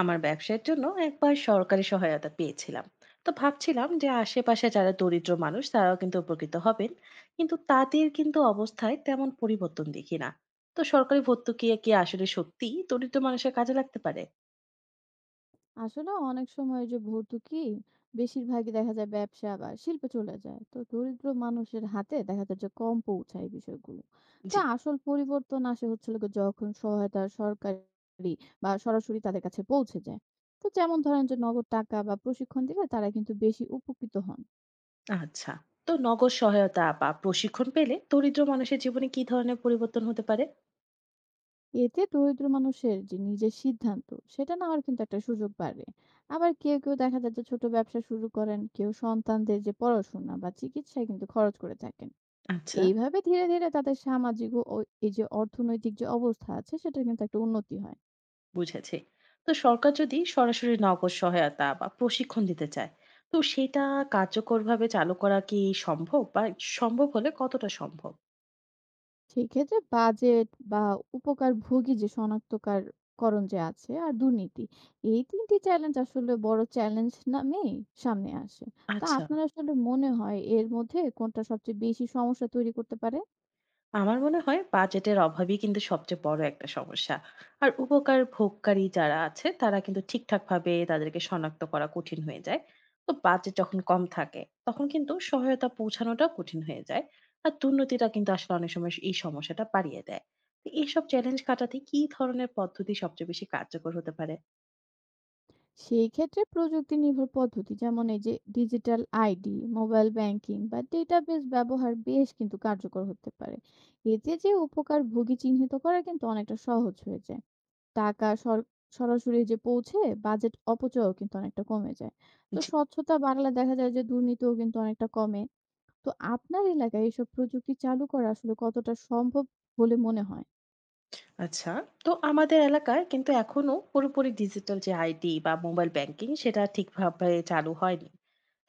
আমার ব্যবসার জন্য একবার সরকারি সহায়তা পেয়েছিলাম। তো ভাবছিলাম যে আশেপাশে যারা দরিদ্র মানুষ তারাও কিন্তু উপকৃত হবেন, কিন্তু তাদের কিন্তু অবস্থায় তেমন পরিবর্তন দেখি না। তো সরকারি ভর্তুকি কি আসলে সত্যি দরিদ্র মানুষের কাজে লাগতে পারে? আসলে অনেক সময় যে ভর্তুকি বেশিরভাগই দেখা যায় ব্যবসা বা শিল্পে চলে যায়, তো দরিদ্র মানুষের হাতে দেখা যায় যে কম পৌঁছায় এই বিষয়গুলো। তো জি। আসল পরিবর্তন আসে হচ্ছে লোকে যখন সহায়তা সরকারি বা সরাসরি তাদের কাছে পৌঁছে যায়। তো যেমন ধরেন যে নগদ টাকা বা প্রশিক্ষণ দিলে তারা কিন্তু বেশি উপকৃত হন। আচ্ছা, তো নগদ সহায়তা বা প্রশিক্ষণ পেলে দরিদ্র মানুষের জীবনে কি ধরনের পরিবর্তন হতে পারে? এতে দরিদ্র মানুষের যে নিজের সিদ্ধান্ত সেটা নেওয়ার কিন্তু একটা সুযোগ বাড়ে। আবার কেউ কেউ দেখা যায় যে ছোট ব্যবসা শুরু করেন, কেউ সন্তানদের যে পড়াশোনা বা চিকিৎসায় কিন্তু খরচ করে থাকেন। আচ্ছা। এইভাবে ধীরে, ধীরে তাদের সামাজিক ও ও- এই যে অর্থনৈতিক যে অবস্থা আছে সেটার কিন্তু একটা উন্নতি হয়। বুঝেছি। তো সরকার যদি সরাসরি নগদ সহায়তা বা প্রশিক্ষণ দিতে চায়, তো সেটা কার্যকরভাবে চালু করা কি সম্ভব? বা সম্ভব হলে কতটা সম্ভব? সেক্ষেত্রে বাজেট বা উপকারভোগী যে শনাক্তকার করণ যে আছে আর দুর্নীতি, এই ৩ টি চ্যালেঞ্জ আসলে বড় চ্যালেঞ্জ নামেই সামনে আসে। তো আচ্ছা। আপনার আসলে মনে হয় এর মধ্যে কোনটা সবচেয়ে বেশি সমস্যা তৈরি করতে পারে? আমার মনে হয় বাজেটের অভাবই কিন্তু সবচেয়ে বড় একটা সমস্যা। আর উপকার ভোগকারী যারা আছে তারা কিন্তু ঠিকঠাকভাবে তাদেরকে শনাক্ত করা কঠিন হয়ে যায়। তো বাজেট যখন কম থাকে তখন কিন্তু সহায়তা পৌঁছানোটাও কঠিন হয়ে যায়। আর দুর্নীতিটা কিন্তু আসলে অনেক সময় এই সমস্যাটা বাড়িয়ে দেয়। তো এইসব চ্যালেঞ্জ কাটাতে কি ধরনের পদ্ধতি সবচেয়ে বেশি কার্যকর হতে পারে? সেই ক্ষেত্রে প্রযুক্তি নির্ভর পদ্ধতি, যেমন এই যে ডিজিটাল আইডি, মোবাইল ব্যাংকিং বা ডেটাবেস ব্যবহার বেশ কিন্তু কার্যকর হতে পারে। এতে যে উপকারভোগী চিহ্নিত করা কিন্তু অনেকটা সহজ হয়ে যায়। টাকা সরাসরি যে পৌঁছে বাজেট অপচয়ও কিন্তু অনেকটা কমে যায়। তো জি। স্বচ্ছতা বাড়লে দেখা যায় যে দুর্নীতিও কিন্তু অনেকটা কমে। তো আপনার এলাকায় এসব প্রযুক্তি চালু করা আসলে কতটা সম্ভব বলে মনে হয়? আচ্ছা, তো আমাদের এলাকায় কিন্তু এখনো পুরোপুরি ডিজিটাল যে আইডি বা মোবাইল ব্যাংকিং সেটা ঠিকভাবে চালু হয়নি।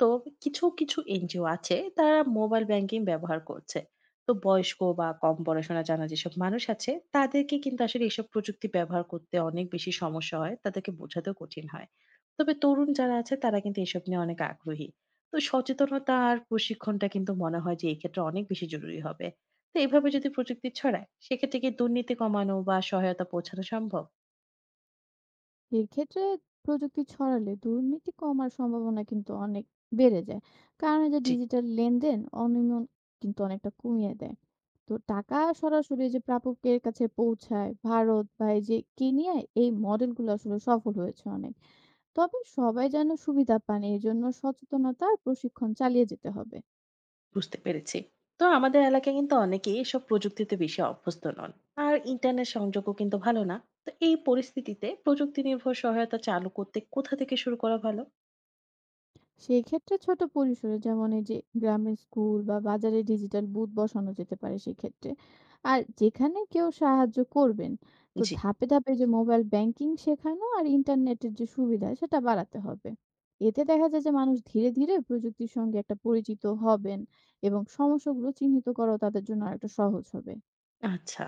তো কিছু, কিছু এনজিও আছে তারা মোবাইল ব্যাংকিং ব্যবহার করছে। তো বয়স্ক বা কম পড়াশোনা জানা যেসব মানুষ আছে তাদেরকে কিন্তু আসলে এসব প্রযুক্তি ব্যবহার করতে অনেক বেশি সমস্যা হয়। তাদেরকে বোঝাতেও কঠিন হয়। তবে তরুণ যারা আছে তারা কিন্তু এসব নিয়ে অনেক আগ্রহী। তো সচেতনতা আর প্রশিক্ষণটা কিন্তু মনে হয় যে এই ক্ষেত্রে অনেক বেশি জরুরি হবে। তো এইভাবে যদি প্রযুক্তি ছড়ায় সেক্ষেত্রে কি দুর্নীতি কমানো বা সহায়তা পৌঁছানো সম্ভব? এক্ষেত্রে প্রযুক্তি ছড়ালে দুর্নীতি কমার সম্ভাবনা কিন্তু অনেক বেড়ে যায়, কারণ এই যে জি। ডিজিটাল লেনদেন অনিয়ম কিন্তু অনেকটা কমিয়ে দেয়। তো টাকা সরাসরি যে প্রাপকের কাছে পৌঁছায়, ভারত বা এই যে কেনিয়ায় এই মডেলগুলো আসলে সফল হয়েছে অনেক। তবে সবাই যেন সুবিধা পান, এই জন্য সচেতনতা আর প্রশিক্ষণ চালিয়ে যেতে হবে। বুঝতে পেরেছি। তো আমাদের এলাকায় কিন্তু অনেকেই এসব প্রযুক্তিতে বেশি অভ্যস্ত নন। আর ইন্টারনেট সংযোগও কিন্তু ভালো না। তো এই পরিস্থিতিতে প্রযুক্তি নির্ভর সহায়তা চালু করতে কোথা থেকে শুরু করা ভালো? সেই ক্ষেত্রে ছোট পরিসরে, যেমন এই যে গ্রামের স্কুল বা বাজারে ডিজিটাল বুথ বসানো যেতে পারে সেক্ষেত্রে, আর যেখানে কেউ সাহায্য করবেন। তো জি। ধাপে ধাপে যে মোবাইল ব্যাংকিং শেখানো আর ইন্টারনেটের যে সুবিধা সেটা বাড়াতে হবে। এতে দেখা যায় যে মানুষ ধীরে ধীরে প্রযুক্তির সঙ্গে একটা পরিচিত হবেন এবং সমস্যাগুলো চিহ্নিত করাও তাদের জন্য আরেকটা সহজ হবে। আচ্ছা,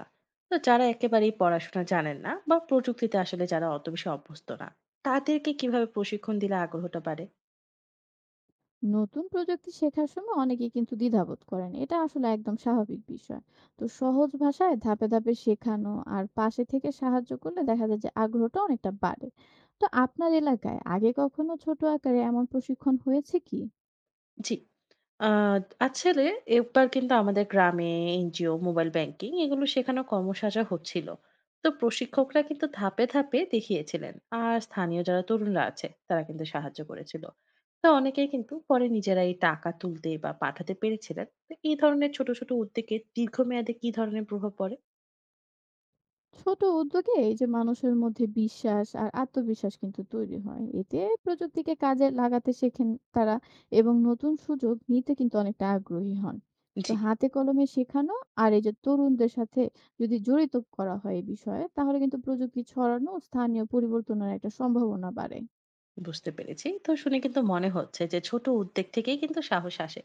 তো যারা একেবারেই পড়াশোনা জানেন না বা প্রযুক্তিতে আসলে যারা অত বেশি অভ্যস্ত না, তাদেরকে কিভাবে প্রশিক্ষণ দিলে আগ্রহটা বাড়ে? নতুন প্রযুক্তি শেখার সময় অনেকেই কিন্তু দ্বিধাবোধ করেন, এটা আসলে একদম স্বাভাবিক বিষয়। তো সহজ ভাষায় ধাপে ধাপে শেখানো আর পাশে থেকে সাহায্য করলে দেখা যায় যে আগ্রহটা অনেকটা বাড়ে। তো আপনার এলাকায় আগে কখনো ছোট আকারে এমন প্রশিক্ষণ হয়েছে কি? জি। আ আসলে একবার কিন্তু আমাদের গ্রামে এনজিও, মোবাইল ব্যাংকিং এগুলো শেখানোর কর্মশালা হচ্ছিল। তো প্রশিক্ষকরা কিন্তু ধাপে, ধাপে দেখিয়েছিলেন। আর স্থানীয় যারা তরুণরা আছে তারা কিন্তু সাহায্য করেছিল। তো অনেকেই কিন্তু পরে নিজেরাই টাকা তুলতে বা পাঠাতে পেরেছিলেন। তো এই ধরনের ছোট, ছোট উদ্যোগে দীর্ঘমেয়াদে কি ধরনের প্রভাব পড়ে? ছোট উদ্যোগে এই যে মানুষের মধ্যে বিশ্বাস আর আত্মবিশ্বাস কিন্তু তৈরি হয়, এতে প্রযুক্তিকে কাজে লাগাতে শেখেন তারা, এবং নতুন সুযোগ নিতে কিন্তু অনেকটা আগ্রহী হন। তো জি। হাতে কলমে শেখানো আর এই যে তরুণদের সাথে যদি জড়িত করা হয় এই বিষয়ে, তাহলে কিন্তু প্রযুক্তি ছড়ানো স্থানীয় পরিবর্তনের একটা সম্ভাবনা বাড়ে। বুঝতে পেরেছি। তো শুনে কিন্তু মনে হচ্ছে যে ছোট উদ্যোগ থেকেই কিন্তু সাহস আসে।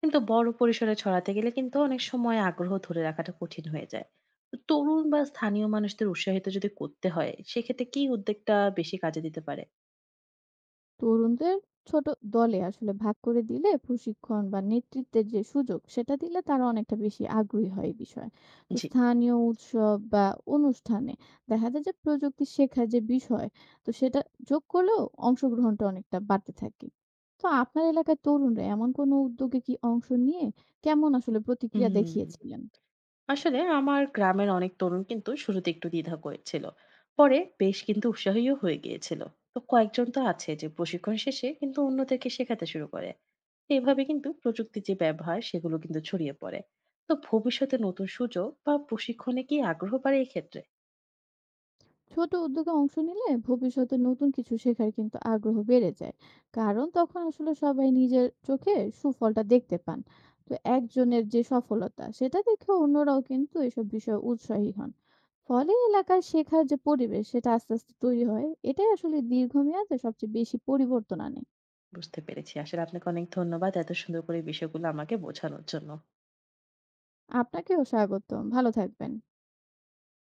কিন্তু বড় পরিসরে ছড়াতে গেলে কিন্তু অনেক সময় আগ্রহ ধরে রাখাটা কঠিন হয়ে যায়। তো তরুণ বা স্থানীয় মানুষদের উৎসাহিত যদি করতে হয়, সেক্ষেত্রে কি উদ্যোগটা বেশি কাজে দিতে পারে? তরুণদের ছোট দলে আসলে ভাগ করে দিলে, প্রশিক্ষণ বা নেতৃত্বের যে সুযোগ সেটা দিলে, তারা অনেকটা বেশি আগ্রহী হয় এই বিষয়ে। তো জি। স্থানীয় উৎসব বা অনুষ্ঠানে দেখা যায় যে প্রযুক্তি শেখার যে বিষয়, তো সেটা যোগ করলেও অংশগ্রহণটা অনেকটা বাড়তে থাকে। তো আপনার এলাকার তরুণরা এমন কোনো উদ্যোগে কি অংশ নিয়ে কেমন আসলে প্রতিক্রিয়া হুম, দেখিয়েছিলেন? আসলে আমার গ্রামের অনেক তরুণ কিন্তু শুরুতে একটু দ্বিধা করেছিল। পরে বেশ কিন্তু উৎসাহীও হয়ে গিয়েছিল। তো কয়েকজন তো আছে যে প্রশিক্ষণ শেষে কিন্তু অন্যদেরকে শেখাতে শুরু করে। এভাবে কিন্তু প্রযুক্তির যে ব্যবহার সেগুলো কিন্তু ছড়িয়ে পড়ে। তো ভবিষ্যতে নতুন সুযোগ বা প্রশিক্ষণে কি আগ্রহ বাড়ে এক্ষেত্রে? ছোট উদ্যোগে অংশ নিলে ভবিষ্যতে নতুন কিছু শেখার কিন্তু আগ্রহ বেড়ে যায়, কারণ তখন আসলে সবাই নিজের চোখে সুফলটা দেখতে পান। তো একজনের যে সফলতা সেটা দেখে অন্যরাও কিন্তু এসব বিষয়ে উৎসাহী হন। ফলে এলাকার শেখার যে পরিবেশ সেটা আস্তে আস্তে তৈরি হয়, এটাই আসলে দীর্ঘমেয়াদে সবচেয়ে বেশি পরিবর্তন আনে। বুঝতে পেরেছি। আসলে আপনাকে অনেক ধন্যবাদ এত সুন্দর করে বিষয়গুলো আমাকে বোঝানোর জন্য। আপনাকেও স্বাগতম, ভালো থাকবেন।